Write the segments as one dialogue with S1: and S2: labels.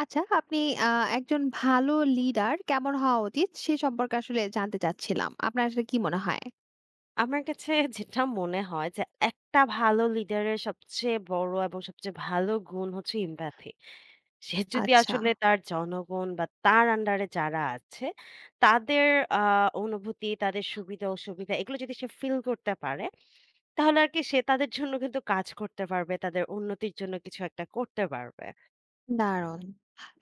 S1: আচ্ছা, আপনি আ একজন ভালো লিডার কেমন হওয়া উচিত? সে সম্পর্কে আসলে জানতে চাচ্ছিলাম। আপনার আসলে কি মনে হয়?
S2: আমার কাছে যেটা মনে হয় যে একটা ভালো লিডারের সবচেয়ে বড় এবং সবচেয়ে ভালো গুণ হচ্ছে এমপ্যাথি। সে যদি
S1: আচ্ছা।
S2: আসলে তার জনগণ বা তার আন্ডারে যারা আছে তাদের আ অনুভূতি, তাদের সুবিধা-অসুবিধা এগুলো যদি সে ফিল করতে পারে, তাহলে আরকি সে তাদের জন্য কিন্তু কাজ করতে পারবে। তাদের উন্নতির জন্য কিছু একটা করতে পারবে।
S1: দারুণ!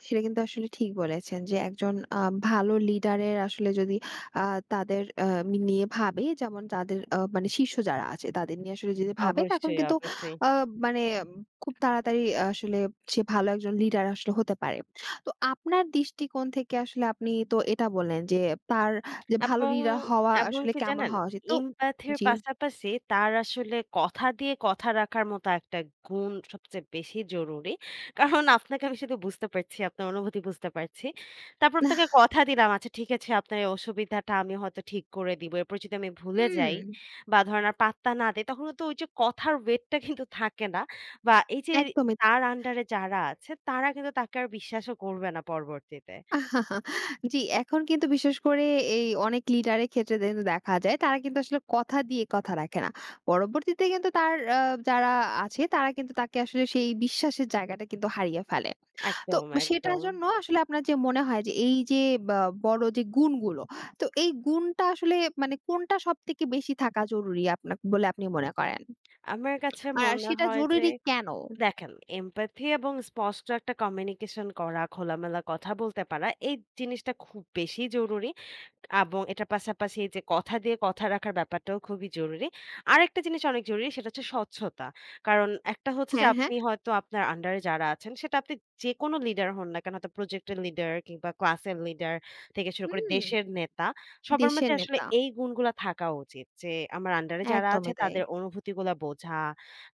S1: সেটা কিন্তু আসলে ঠিক বলেছেন যে একজন ভালো লিডারের আসলে যদি আ তাদের নিয়ে ভাবে যেমন তাদের মানে শিষ্য যারা আছে তাদের নিয়ে আসলে যদি ভাবে তখন
S2: অবশ্যই,
S1: কিন্তু
S2: অবশ্যই।
S1: আ মানে খুব তাড়াতাড়ি আসলে সে ভালো একজন লিডার আসলে হতে পারে। তো আপনার দৃষ্টিকোণ থেকে আসলে আপনি তো এটা বললেন যে তার যে ভালো
S2: এবং,
S1: লিডার হওয়া
S2: এবং
S1: আসলে
S2: কি
S1: কেমন
S2: জানেন?
S1: হওয়া উচিত? তো
S2: এমপ্যাথির
S1: জি।
S2: পাশাপাশি তার আসলে কথা দিয়ে কথা রাখার মতো একটা গুণ সবচেয়ে বেশি জরুরি। কারণ আপনাকে আমি শুধু বুঝতে পারছি, আপনার অনুভূতি বুঝতে পারছি। তারপর আপনাকে কথা দিলাম, আচ্ছা ঠিক আছে, আপনার এই অসুবিধাটা আমি হয়তো ঠিক করে দিব। এরপর যদি আমি ভুলে
S1: হুম,
S2: যাই বা ধরেন আর পাত্তা না দেই, তখন তো ওই যে কথার ওয়েটটা কিন্তু থাকে না। বা এই যে,
S1: একদমই
S2: তার আন্ডারে যারা আছে, তারা কিন্তু তাকে আর বিশ্বাসও করবে না পরবর্তীতে।
S1: জি, এখন কিন্তু বিশেষ করে এই অনেক লিডারের ক্ষেত্রে কিন্তু দেখা যায় তারা কিন্তু আসলে কথা দিয়ে কথা রাখে না। পরবর্তীতে কিন্তু তার যারা আছে তারা কিন্তু তাকে আসলে সেই বিশ্বাসের জায়গাটা কিন্তু হারিয়ে ফেলে। তো
S2: একদম,
S1: সেটার
S2: একদম।
S1: জন্য আসলে আপনার যে মনে হয় যে এই যে বা বড় যে গুণগুলো, তো এই গুণটা আসলে মানে কোনটা সবথেকে বেশি থাকা জরুরি আপনা বলে আপনি মনে করেন?
S2: আমার কাছে
S1: আর
S2: মনে
S1: সেটা
S2: হয় যে,
S1: জরুরি কেন?
S2: দেখেন, এমপ্যাথি এবং স্পষ্ট একটা কমিউনিকেশন করা, খোলামেলা কথা বলতে পারা, এই জিনিসটা খুব বেশি জরুরি। এবং এটার পাশাপাশি যে কথা দিয়ে কথা রাখার ব্যাপারটাও খুবই জরুরি। আরেকটা জিনিস অনেক জরুরি, সেটা হচ্ছে স্বচ্ছতা। কারণ একটা হচ্ছে যে,
S1: হ্যাঁ, হ্যাঁ।
S2: আপনি হয়তো আপনার আন্ডারে যারা আছেন সেটা আপনি যেকোনো লিডার হন না কেন, হয়তো প্রজেক্টের লিডার কিংবা ক্লাসের লিডার থেকে শুরু করে
S1: হুম,
S2: দেশের নেতা, সবার
S1: দেশের
S2: মাঝে আসলে
S1: নেতা।
S2: এই গুণগুলা থাকা উচিত। যে আমার আন্ডারে যারা আছে
S1: একদমই তাই,
S2: তাদের অনুভূতিগুলা বোঝা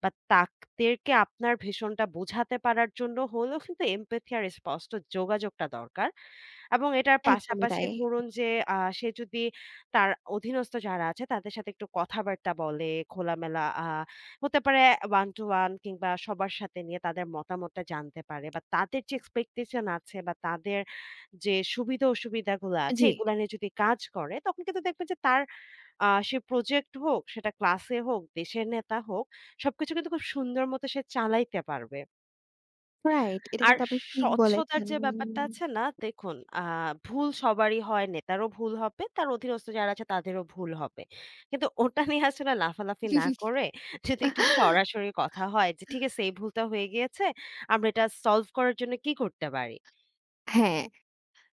S2: বা তাদেরকে আপনার ভীষণটা বোঝাতে পারার জন্য হলেও কিন্তু এমপ্যাথি আর স্পষ্ট যোগাযোগটা দরকার। এবং এটার
S1: একদমই
S2: পাশাপাশি
S1: তাই।
S2: ধরুন যে, সে যদি তার অধীনস্থ যারা আছে তাদের সাথে একটু কথাবার্তা বলে, খোলামেলা, হতে পারে ওয়ান টু ওয়ান কিংবা সবার সাথে নিয়ে তাদের মতামতটা জানতে পারে, বা তাদের যে এক্সপেকটেশন আছে বা তাদের যে সুবিধা-অসুবিধাগুলো আছে
S1: জি।
S2: এগুলা নিয়ে যদি কাজ করে, তখন কিন্তু দেখবেন যে তার সে প্রজেক্ট হোক, সেটা ক্লাসে হোক, দেশের নেতা হোক, সবকিছু কিন্তু খুব সুন্দর মতো সে চালাইতে পারবে।
S1: রাইট। এটা
S2: আর
S1: কিন্তু আপনি ঠিক
S2: স্বচ্ছতার
S1: বলেছেন।
S2: যে ব্যাপারটা আছে না? দেখুন, ভুল সবারই হয়। নেতারও ভুল হবে, তার অধীনস্থ যারা আছে তাদেরও ভুল হবে। কিন্তু ওটা নিয়ে আসলে লাফালাফি না করে যদি একটু সরাসরি কথা হয় যে, "ঠিক আছে, এই ভুলটা হয়ে গিয়েছে। আমরা এটা সলভ করার জন্য কি করতে পারি?"
S1: হ্যাঁ,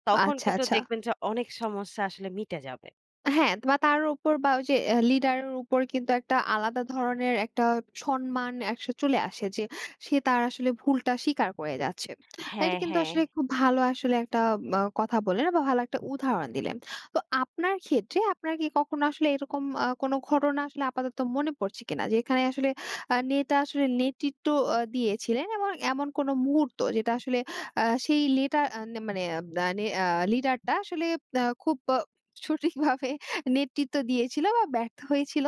S2: তখন
S1: আচ্ছা,
S2: কিন্তু
S1: আচ্ছা।
S2: দেখবেন যে অনেক সমস্যা আসলে মিটে যাবে।
S1: হ্যাঁ, বা তার উপর বা ওই যে লিডারের উপর কিন্তু একটা আলাদা ধরনের একটা সম্মান একসা চলে আসে যে সে তার আসলে ভুলটা স্বীকার করে যাচ্ছে। এটা
S2: হ্যাঁ,
S1: কিন্তু
S2: হ্যাঁ।
S1: আসলে খুব ভালো আসলে একটা কথা বললেন বা ভালো একটা উদাহরণ দিলেন। তো আপনার ক্ষেত্রে আপনার কি কখনো আসলে এরকম কোনো ঘটনা আসলে আপাতত মনে পড়ছে কিনা? যেখানে আসলে নেতা আসলে নেতৃত্ব দিয়েছিলেন এবং এমন কোনো মুহূর্ত যেটা আসলে আ সেই লেটার আ মানে আ নে আ লিডারটা আসলে খুব সঠিকভাবে নেতৃত্ব দিয়েছিল বা ব্যর্থ হয়েছিল।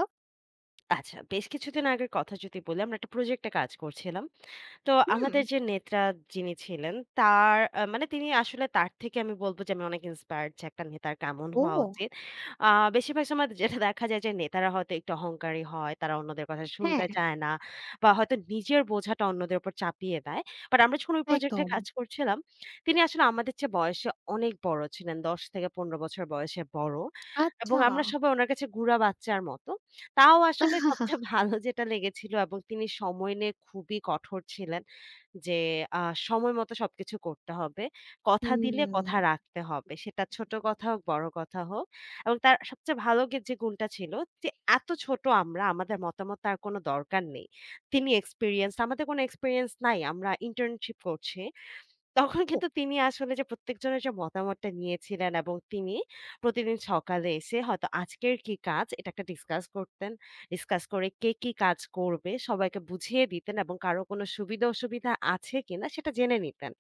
S2: আচ্ছা, বেশ কিছুদিন আগের কথা যদি বলি, আমরা একটা প্রজেক্টে কাজ করছিলাম। তো
S1: হুম?
S2: আমাদের যে নেতা যিনি ছিলেন, তার মানে তিনি আসলে, তার থেকে আমি বলব যে, আমি অনেক ইন্সপায়ার্ড যে একটা নেতার কেমন হওয়া
S1: ও!
S2: উচিত। আ বেশিরভাগ সময় যেটা দেখা যায় যে, নেতারা হয়তো একটু অহংকারী হয়। তারা অন্যদের কথা শুনতে
S1: হ্যাঁ।
S2: চায় না বা হয়তো নিজের বোঝাটা অন্যদের উপর চাপিয়ে দেয়। বাট আমরা যখন ওই প্রজেক্টে
S1: একদম।
S2: কাজ করছিলাম, তিনি আসলে আমাদের চেয়ে বয়সে অনেক বড় ছিলেন। ১০ থেকে ১৫ বছর বয়সে বড়, এবং
S1: আচ্ছা।
S2: আমরা সবাই উনার কাছে গুঁড়া বাচ্চার মতো। তাও আসলে সবচেয়ে ভালো যেটা লেগেছিল, এবং তিনি সময় নিয়ে খুবই কঠোর ছিলেন যে, আ সময় মতো সবকিছু করতে হবে। কথা দিলে
S1: হুম।
S2: কথা রাখতে হবে। সেটা ছোট কথা হোক, বড় কথা হোক। এবং তার সবচেয়ে ভালো যে গুণটা ছিল, যে এত ছোট আমরা, আমাদের মতামত তার কোনো দরকার নেই। তিনি এক্সপেরিয়েন্সড, আমাদের কোনো এক্সপেরিয়েন্স নাই। আমরা ইন্টার্নশিপ করছি। তখন
S1: ও!
S2: কিন্তু তিনি আসলে যে প্রত্যেকজনের যে মতামতটা নিয়েছিলেন, এবং তিনি প্রতিদিন সকালে এসে হয়তো আজকের কি কাজ, এটা একটা ডিসকাস করতেন। ডিসকাস করে কে কি কাজ করবে সবাইকে বুঝিয়ে দিতেন, এবং কারো কোনো সুবিধা-অসুবিধা আছে কিনা সেটা জেনে নিতেন।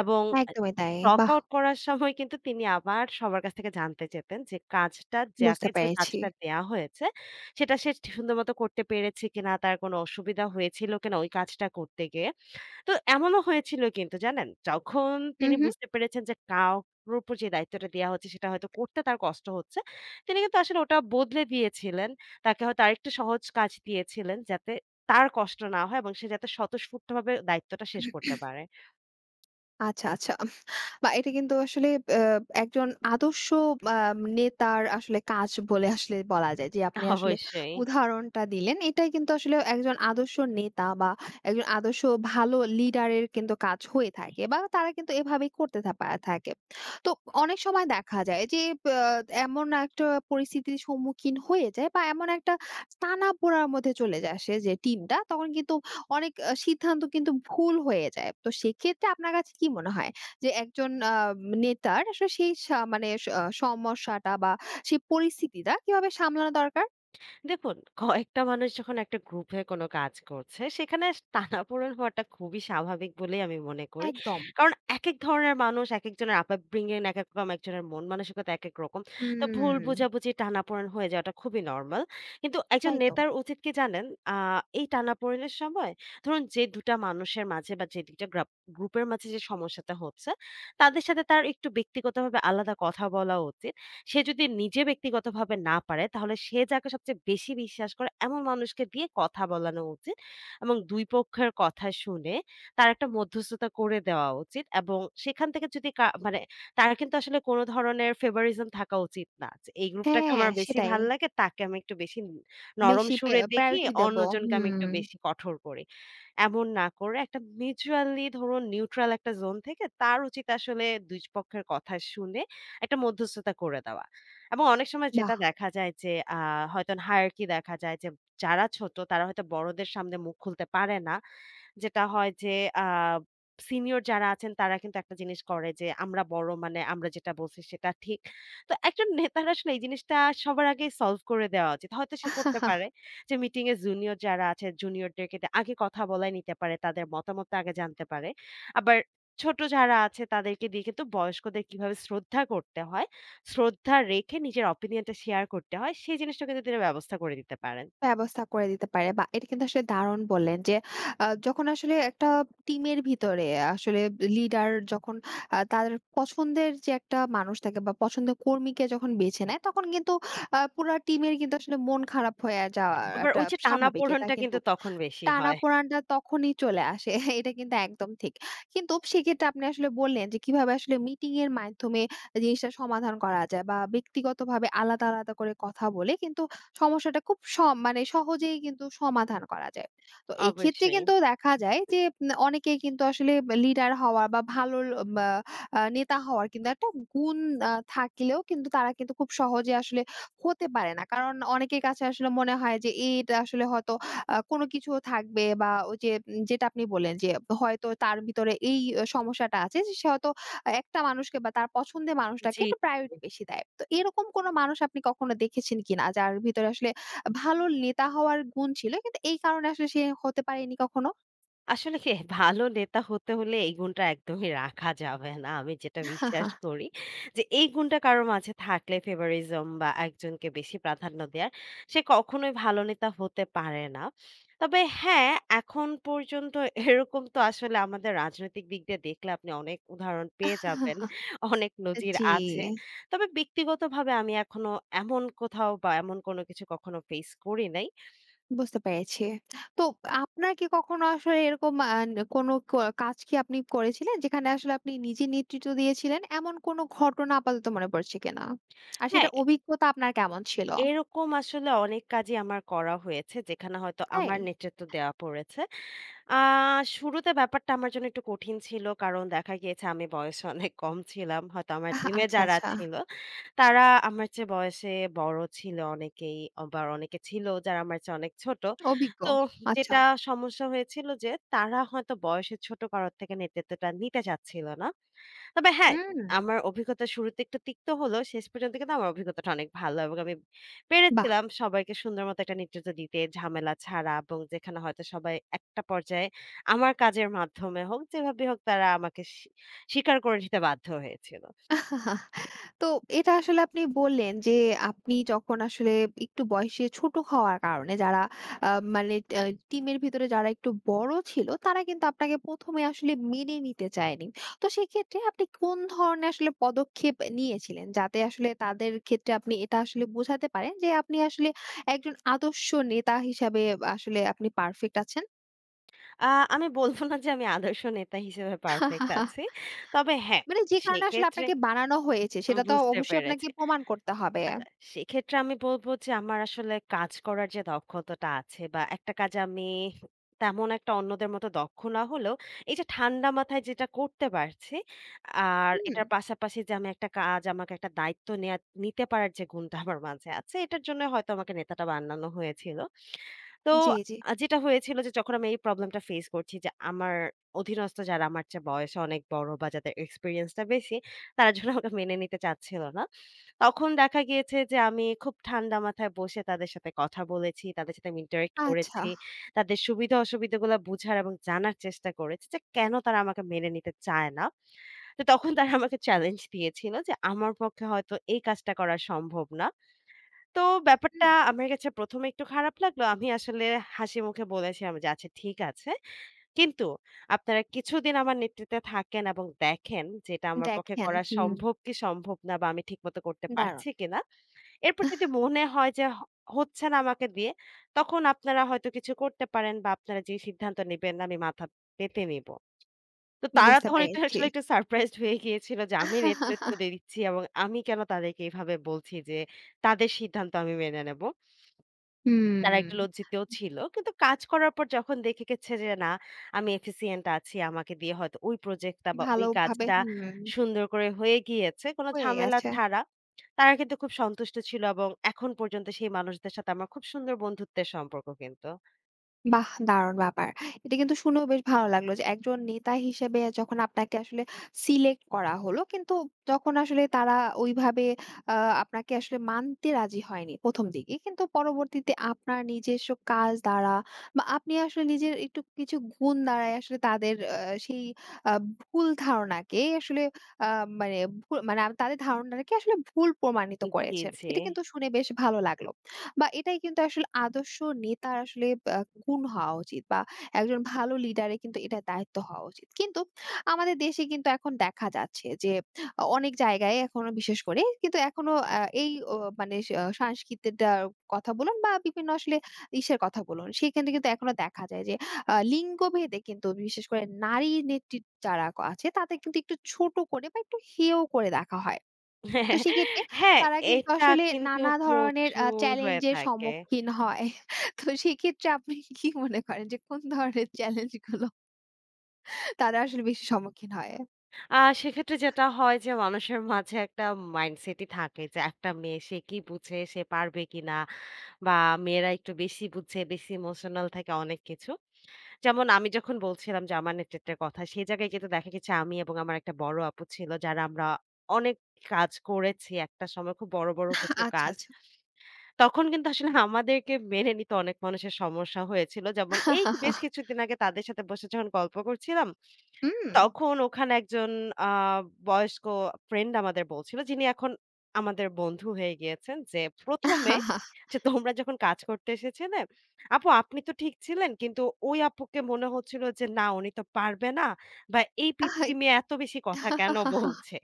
S2: এবং আ
S1: একদমই তাই।
S2: ক্লক
S1: বাহ!
S2: আউট করার সময় কিন্তু তিনি আবার সবার কাছ থেকে জানতে চেতেন যে কাজটা,
S1: বুঝতে
S2: যাকে যে
S1: পেরেছি।
S2: কাজটা দেয়া হয়েছে সেটা সে সুন্দর মতো করতে পেরেছে কিনা, তার কোনো অসুবিধা হয়েছিল কিনা ওই কাজটা করতে গিয়ে। তো এমনও হয়েছিল কিন্তু, জানেন? যখন
S1: হু,
S2: তিনি
S1: হু।
S2: বুঝতে পেরেছেন যে কারোর উপর যে দায়িত্বটা দেয়া হচ্ছে সেটা হয়তো করতে তার কষ্ট হচ্ছে, তিনি কিন্তু আসলে ওটা বদলে দিয়েছিলেন। তাকে হয়তো আরেকটু সহজ কাজ দিয়েছিলেন, যাতে তার কষ্ট না হয় এবং সে যাতে স্বতঃস্ফূর্তভাবে দায়িত্বটা শেষ করতে পারে।
S1: আচ্ছা, আচ্ছা। বা এটা কিন্তু আসলে একজন আদর্শ আ নেতার আসলে কাজ বলে আসলে বলা যায়। যে আপনি আসলে
S2: অবশ্যই।
S1: উদাহরণটা দিলেন। এটাই কিন্তু আসলে একজন আদর্শ নেতা বা একজন আদর্শ ভালো লিডারের কিন্তু কাজ হয়ে থাকে বা তারা কিন্তু এভাবেই করতে থা পা থাকে। তো অনেক সময় দেখা যায় যে এমন একটা পরিস্থিতির সম্মুখীন হয়ে যায় বা এমন একটা টানাপোড়ার মধ্যে চলে আসে যে টিমটা তখন কিন্তু অনেক সিদ্ধান্ত কিন্তু ভুল হয়ে যায়। তো সেক্ষেত্রে আপনার কাছে কি মনে হয়? যে একজন নেতার আসলে সেই সা মানে স আহ, সমস্যাটা বা সেই পরিস্থিতিটা কিভাবে সামলানো দরকার?
S2: দেখুন, কয়েকটা মানুষ যখন একটা গ্রুপে কোনো কাজ করছে, সেখানে টানাপোড়েন হওয়াটা খুবই স্বাভাবিক বলেই আমি মনে করি।
S1: একদম।
S2: কারণ একেক ধরনের মানুষ, একেকজনের আপব্রিঙিং একেক রকম, একজনের মন মানসিকতা একেক রকম। তো ভুল
S1: হুম।
S2: বোঝাবুঝি, টানাপোড়েন হয়ে যাওয়াটা খুবই নরমাল। কিন্তু একজন
S1: তাই তো।
S2: নেতার উচিত কি, জানেন? আ এই টানাপোড়েনের সময়, ধরুন যে ২ টা মানুষের মাঝে বা যে ২ টা গ্রুপের মাঝে যে সমস্যাটা হচ্ছে, তাদের সাথে তার একটু ব্যক্তিগতভাবে আলাদা কথা বলা উচিত। সে যদি নিজে ব্যক্তিগতভাবে না পারে, তাহলে সে যাকে সবচেয়ে বেশি বিশ্বাস করে এমন মানুষকে দিয়ে কথা বলানো উচিত এবং দুই পক্ষের কথা শুনে তার একটা মধ্যস্থতা করে দেওয়া উচিত। এবং সেখান থেকে, যদি মানে, তার কিন্তু আসলে কোনো ধরনের ফেভারিজম থাকা উচিত না। যে এই গ্রুপটাকে
S1: হ্যাঁ,
S2: আমার বেশি
S1: সেটাই।
S2: ভাল লাগে, তাকে আমি একটু বেশি নরম
S1: বেশি
S2: সুরে দেখি,
S1: প্রায়োরিটি দেব।
S2: অন্যজনকে আমি
S1: হুম,
S2: একটু বেশি কঠোর করি। এমন না করে একটা মিউচুয়ালি ধরুন নিউট্রাল একটা জোন থেকে তার উচিত আসলে দুই পক্ষের কথা শুনে একটা মধ্যস্থতা করে দেওয়া। এবং অনেক সময়
S1: বাহ!
S2: যেটা দেখা যায় যে, হয়তো হায়ারার্কি দেখা যায় যে, যারা ছোট তারা হয়তো বড়দের সামনে মুখ খুলতে পারে না। যেটা হয় যে, আ সিনিয়র যারা আছেন তারা কিন্তু একটা জিনিস করে, যে আমরা বড়, মানে আমরা যেটা বলছি সেটা ঠিক। তো একজন নেতার আসলে এই জিনিসটা সবার আগেই সলভ করে দেওয়া উচিত। হয়তো সে করতে পারে, যে মিটিং এ জুনিয়র যারা আছে, জুনিয়রদেরকে আগে কথা বলাই নিতে পারে। তাদের মতামতটা আগে জানতে পারে। আবার ছোট যারা আছে তাদেরকে দিয়ে কিন্তু বয়স্কদের কিভাবে শ্রদ্ধা করতে হয়, শ্রদ্ধা রেখে নিজের অপিনিয়নটা শেয়ার করতে হয়, সেই জিনিসটা কিন্তু তিনি ব্যবস্থা করে দিতে পারেন।
S1: ব্যবস্থা করে দিতে পারে। বাহ! এটা কিন্তু আসলে দারুণ বললেন যে, যখন আসলে একটা টিমের ভিতরে আসলে লিডার যখন তার পছন্দের যে একটা মানুষ থাকে বা পছন্দের কর্মীকে যখন বেছে নেয়, তখন কিন্তু পুরা টিমের কিন্তু আসলে মন খারাপ হয়ে যাওয়া
S2: আবার
S1: একটা
S2: ওই যে
S1: স্বাভাবিক। এটা
S2: টানাপোড়েনটা
S1: কিন্তু
S2: কিন্তু তখন বেশি হয়।
S1: টানাপোড়েনটা তখনই চলে আসে। এটা কিন্তু একদম ঠিক। কিন্তু সেক্ষেত্রে আপনি আসলে বললেন যে কিভাবে আসলে মিটিং এর মাধ্যমে জিনিসটা সমাধান করা যায় বা ব্যক্তিগতভাবে আলাদা, আলাদা করে কথা বলে কিন্তু সমস্যাটা খুব মানে সহজেই কিন্তু সমাধান করা যায়। তো এক্ষেত্রে
S2: অবশ্যই।
S1: কিন্তু দেখা যায় যে অনেকেই কিন্তু আসলে লিডার হওয়া বা ভালো বা নেতা হওয়ার কিন্তু একটা গুণ থাকলেও কিন্তু তারা কিন্তু খুব সহজে আসলে হতে পারে না। কারণ অনেকের কাছে আসলে মনে হয় যে এটা আসলে হয়তো কোনো কিছু থাকবে বা ওই যে যেটা আপনি বললেন যে হয়তো তার ভিতরে এই সমস্যাটা আছে যে সে হয়তো একটা মানুষকে বা তার পছন্দের মানুষটাকে
S2: জি।
S1: একটু প্রায়োরিটি বেশি দেয়। তো এরকম কোনো মানুষ আপনি কখনো দেখেছেন কিনা? যার ভিতরে আসলে ভালো নেতা হওয়ার গুণ ছিল কিন্তু এই কারণে আসলে সে হতে পারেনি কখনো?
S2: আসলে কি, ভালো নেতা হতে হলে এই গুণটা একদমই রাখা যাবে না। আমি যেটা বিশ্বাস করি যে, এই গুণটা কারো মাঝে থাকলে, ফেভারিজম বা একজনকে বেশি প্রাধান্য দেয়ার, সে কখনোই ভালো নেতা হতে পারে না। তবে হ্যাঁ, এখন পর্যন্ত এরকম তো আসলে, আমাদের রাজনৈতিক দিক দিয়ে দেখলে আপনি অনেক উদাহরণ পেয়ে যাবেন। অনেক নজির
S1: জি।
S2: আছে। তবে ব্যক্তিগতভাবে আমি এখনো এমন কোথাও বা এমন কোনো কিছু কখনো ফেস করি নাই।
S1: বুঝতে পেরেছি। তো আপনার কি কখনো আসলে এরকম কোনো কাজ কি আপনি করেছিলেন যেখানে আসলে আপনি নিজে নেতৃত্ব দিয়েছিলেন? এমন কোনো ঘটনা আপাতত মনে পড়ছে কিনা? আর
S2: হ্যাঁ,
S1: সেটার অভিজ্ঞতা আপনার কেমন ছিল?
S2: এরকম আসলে অনেক কাজই আমার করা হয়েছে, যেখানে হয়তো
S1: তাই?
S2: আমার নেতৃত্ব দেওয়া পড়েছে। আ শুরুতে ব্যাপারটা আমার জন্য একটু কঠিন ছিল। কারণ দেখা গিয়েছে আমি বয়সে অনেক কম ছিলাম। হয়তো আমার
S1: আহ,
S2: টিমে
S1: আচ্ছা,
S2: যারা
S1: আচ্ছা।
S2: ছিল, তারা আমার চেয়ে বয়সে বড় ছিল অনেকেই, আবার অনেকে ছিল যারা আমার চেয়ে অনেক ছোট।
S1: অভিজ্ঞ।
S2: তো
S1: আচ্ছা।
S2: যেটা সমস্যা হয়েছিল যে, তারা হয়তো বয়সে ছোট কারো থেকে নেতৃত্বটা নিতে চাচ্ছিল না। তবে হ্যাঁ,
S1: হুম,
S2: আমার অভিজ্ঞতা শুরুতে একটু তিক্ত হলেও, শেষ পর্যন্ত কিন্তু আমার অভিজ্ঞতাটা অনেক ভালো, এবং আমি
S1: বাহ!
S2: পেরেছিলাম সবাইকে সুন্দর মতো একটা নেতৃত্ব দিতে, ঝামেলা ছাড়া, এবং যেখানে হয়তো সবাই একটা পর্যায়ে আমার কাজের মাধ্যমে হোক, যেভাবে হোক, তারা আমাকে স্বীকার করে নিতে বাধ্য হয়েছিল।
S1: তো এটা আসলে আপনি বললেন যে আপনি যখন আসলে একটু বয়সে ছোট হওয়ার কারণে যারা আহ, মানে টিমের ভিতরে যারা একটু বড় ছিল তারা কিন্তু আপনাকে প্রথমে আসলে মেনে নিতে চায়নি। তো সেক্ষেত্রে আপনি কোন ধরনের আসলে পদক্ষেপ নিয়েছিলেন যাতে আসলে তাদের ক্ষেত্রে আপনি এটা আসলে বোঝাতে পারেন যে আপনি আসলে একজন আদর্শ নেতা হিসাবে আসলে আপনি পারফেক্ট আছেন।
S2: আ আমি বলব না যে আমি আদর্শ নেতা হিসেবে পারফেক্ট আছি। তবে হ্যাঁ,
S1: মানে যে কারণে আসলে
S2: সেক্ষেত্রে
S1: আপনাকে বানানো হয়েছে
S2: আমি
S1: সেটা তো
S2: বুঝতে
S1: অবশ্যই আপনাকে
S2: পেরেছি।
S1: প্রমাণ করতে হবে।
S2: আচ্ছা, সেক্ষেত্রে আমি বলব যে, আমার আসলে কাজ করার যে দক্ষতাটা আছে, বা একটা কাজ আমি তেমন একটা অন্যদের মতো দক্ষ না হলেও এই যে ঠান্ডা মাথায় যেটা করতে পারছি, আর
S1: হুম।
S2: এটার পাশাপাশি যে আমি একটা কাজ, আমাকে একটা দায়িত্ব নিতে পারার যে গুণটা আমার মাঝে আছে, এটার জন্য হয়তো আমাকে নেতাটা বানানো হয়েছিল। তো
S1: জি জি।
S2: যেটা হয়েছিল, যে যখন আমি এই প্রবলেমটা ফেস করছি যে, আমার অধীনস্থ যারা আমার চেয়ে বয়সে অনেক বড় বা যাদের এক্সপেরিয়েন্সটা বেশি, তারা যখন আমাকে মেনে নিতে চাচ্ছিল না, তখন দেখা গিয়েছে যে আমি খুব ঠান্ডা মাথায় বসে তাদের সাথে কথা বলেছি, তাদের সাথে আমি ইন্টারেক্ট
S1: আচ্ছা।
S2: করেছি। তাদের সুবিধা-অসুবিধাগুলো বুঝার এবং জানার চেষ্টা করেছি, যে কেন তারা আমাকে মেনে নিতে চায় না। তো তখন তারা আমাকে চ্যালেঞ্জ দিয়েছিল যে, আমার পক্ষে হয়তো এই কাজটা করা সম্ভব না। তো ব্যাপারটা
S1: হুম,
S2: আমার কাছে প্রথমে একটু খারাপ লাগলো। আমি আসলে হাসিমুখে বলেছিলাম যে, "আচ্ছা ঠিক আছে। কিন্তু আপনারা কিছুদিন আমার নেতৃত্বে থাকেন এবং দেখেন যে এটা আমার পক্ষে
S1: দেখেন,
S2: করা
S1: হুম,
S2: সম্ভব কি সম্ভব না, বা আমি ঠিকমতো করতে
S1: দারুণ।
S2: পারছি কিনা। এরপর যদি মনে হয় যে, হচ্ছে না আমাকে দিয়ে, তখন আপনারা হয়তো কিছু করতে পারেন, বা আপনারা যে সিদ্ধান্ত নিবেন আমি মাথা পেতে নিবো।" তো তারা
S1: বুঝতে
S2: তখন একটু
S1: পেরেছি।
S2: আসলে একটু সারপ্রাইজড হয়ে গিয়েছিল যে আমি নেতৃত্ব দিচ্ছি, এবং আমি কেন তাদেরকে এভাবে বলছি যে তাদের সিদ্ধান্ত আমি মেনে নেব।
S1: হুম,
S2: তারা একটু লজ্জিতও ছিল। কিন্তু কাজ করার পর যখন দেখে গেছে যে না, আমি এফিসিয়েন্ট আছি। আমাকে দিয়ে হয়তো ওই প্রজেক্টটা বা ওই
S1: ভালোভাবে
S2: কাজটা
S1: হুম,
S2: সুন্দর করে হয়ে গিয়েছে, কোনো
S1: হয়ে
S2: ঝামেলা
S1: গেছে।
S2: ছাড়া। তারা কিন্তু খুব সন্তুষ্ট ছিল, এবং এখন পর্যন্ত সেই মানুষদের সাথে আমার খুব সুন্দর বন্ধুত্বের সম্পর্ক কিন্তু।
S1: বাহ! দারুণ ব্যাপার। এটা কিন্তু শুনেও বেশ ভালো লাগলো যে একজন নেতা হিসেবে যখন আপনাকে আসলে সিলেক্ট করা হলো, কিন্তু যখন আসলে তারা ওইভাবে আ আপনাকে আসলে মানতে রাজি হয়নি ১ম দিকে। কিন্তু পরবর্তীতে আপনার নিজস্ব কাজ দ্বারা বা আপনি আসলে নিজের একটু কিছু গুণ দ্বারাই আসলে তাদের সেই আ ভুল ধারণাকে আসলে আ মানে ভু মানে আপ- তাদের ধারণাটাকে আসলে ভুল প্রমাণিত
S2: জি,
S1: করেছেন।
S2: জি।
S1: এটা কিন্তু শুনে বেশ ভালো লাগলো। বা এটাই কিন্তু আসলে আদর্শ নেতার আসলে আ গুণ হওয়া উচিত বা একজন ভালো লিডারের কিন্তু এটা দায়িত্ব হওয়া উচিত। কিন্তু আমাদের দেশে কিন্তু এখন দেখা যাচ্ছে যে অনেক জায়গায় এখনো বিশেষ করে কিন্তু এখনো এই ও মানে সা সাংস্কৃতিটার কথা বলুন বা বিভিন্ন আসলে ইসের কথা বলুন, সেখানে কিন্তু এখনো দেখা যায় যে লিঙ্গভেদে কিন্তু বিশেষ করে নারী নেত্রী যারা আছে তাদের কিন্তু একটু ছোট করে বা একটু হেয় করে দেখা হয়। তো সেক্ষেত্রে
S2: হ্যাঁ,
S1: তারা কিন্তু
S2: এটা
S1: আসলে
S2: কিন্তু
S1: নানা ধরনের
S2: প্রচুর হয়ে
S1: চ্যালেঞ্জের
S2: থাকে।
S1: সম্মুখীন হয়। তো সেক্ষেত্রে আপনি কি মনে করেন যে কোন ধরনের চ্যালেঞ্জ গুলো তারা আসলে বেশি সম্মুখীন হয়?
S2: সেক্ষেত্রে যেটা হয়, যে মানুষের মাঝে একটা মাইন্ডসেটই থাকে, যে একটা মেয়ে সে কি বুঝে? সে পারবে কিনা? বা মেয়েরা একটু বেশি বুঝে, বেশি ইমোশনাল থাকে অনেক কিছু। যেমন আমি যখন বলছিলাম যে আমার নেতৃত্বের কথা, সেই জায়গায় কিন্তু দেখা গেছে আমি এবং আমার একটা বড় আপু ছিল যারা আমরা অনেক কাজ করেছি একটা সময়, খুব বড়, বড় কিছু
S1: আচ্ছা,
S2: কাজ।
S1: আচ্ছা।
S2: তখন কিন্তু আসলে আমাদেরকে মেনে নিতে অনেক মানুষের সমস্যা হয়েছিল। যেমন, এই বেশ কিছুদিন আগে তাদের সাথে বসে যখন গল্প করছিলাম,
S1: হুম।
S2: তখন ওখানে একজন আ বয়স্ক ফ্রেন্ড আমাদের বলছিল, যিনি এখন আমাদের বন্ধু হয়ে গিয়েছেন, যে, "প্রথমে যে, তোমরা যখন কাজ করতে এসেছিলে, আপু আপনি তো ঠিক ছিলেন। কিন্তু ওই আপুকে মনে হচ্ছিল যে না, উনি তো পারবে না, বা এই পিচ্চি মেয়ে এত বেশি কথা কেন বলছে?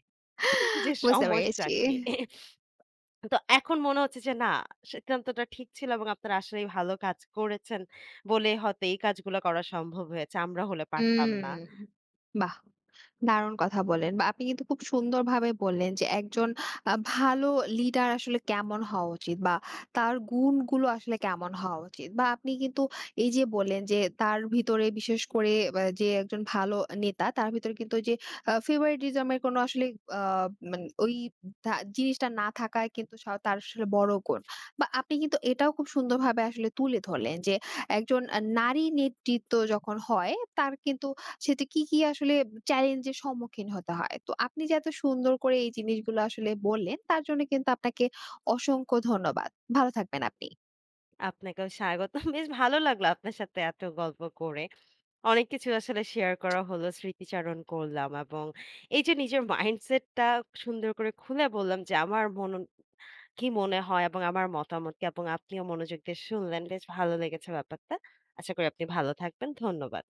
S2: যে
S1: বুঝতে
S2: সমস্যা
S1: পেরেছি।
S2: কি?" তো এখন মনে হচ্ছে যে না, সিদ্ধান্তটা ঠিক ছিল, এবং আপনারা আসলেই ভালো কাজ করেছেন বলে হয়তো এই কাজগুলো করা সম্ভব হয়েছে। আমরা হলে পারতাম
S1: হুম,
S2: না।
S1: বাহ! দারুণ কথা বললেন বা আপনি কিন্তু খুব সুন্দরভাবে বললেন যে একজন ভালো লিডার আসলে কেমন হওয়া উচিত বা তার গুণগুলো আসলে কেমন হওয়া উচিত বা আপনি কিন্তু এই যে বললেন যে তার ভিতরে বিশেষ করে যে একজন ভালো নেতা তার ভিতরে কিন্তু ওই যে ফেভারিটিজম এর কোনো আসলে আ মানে ওই তা জিনিসটা না থাকায় কিন্তু তার আসলে বড় গুণ। বা আপনি কিন্তু এটাও খুব সুন্দরভাবে আসলে তুলে ধরলেন যে একজন নারী নেতৃত্ব যখন হয়, তার কিন্তু সেটা কি, কি আসলে চ্যালেঞ্জের সম্মুখীন হতে হয়। তো আপনি যে এত সুন্দর করে এই জিনিসগুলো আসলে বললেন, তার জন্য কিন্তু আপনাকে অসংখ্য ধন্যবাদ। ভালো থাকবেন আপনি।
S2: আপনাকেও স্বাগতম। বেশ ভালো লাগলো আপনার সাথে এত গল্প করে। অনেক কিছু আসলে শেয়ার করা হলো, স্মৃতিচারণ করলাম, এবং এই যে নিজের মাইন্ডসেটটা সুন্দর করে খুলে বললাম যে আমার মন কি মনে হয় এবং আমার মতামত কি, এবং আপনিও মনোযোগ দিয়ে শুনলেন। বেশ ভালো লেগেছে ব্যাপারটা। আশা করি আপনি ভালো থাকবেন। ধন্যবাদ।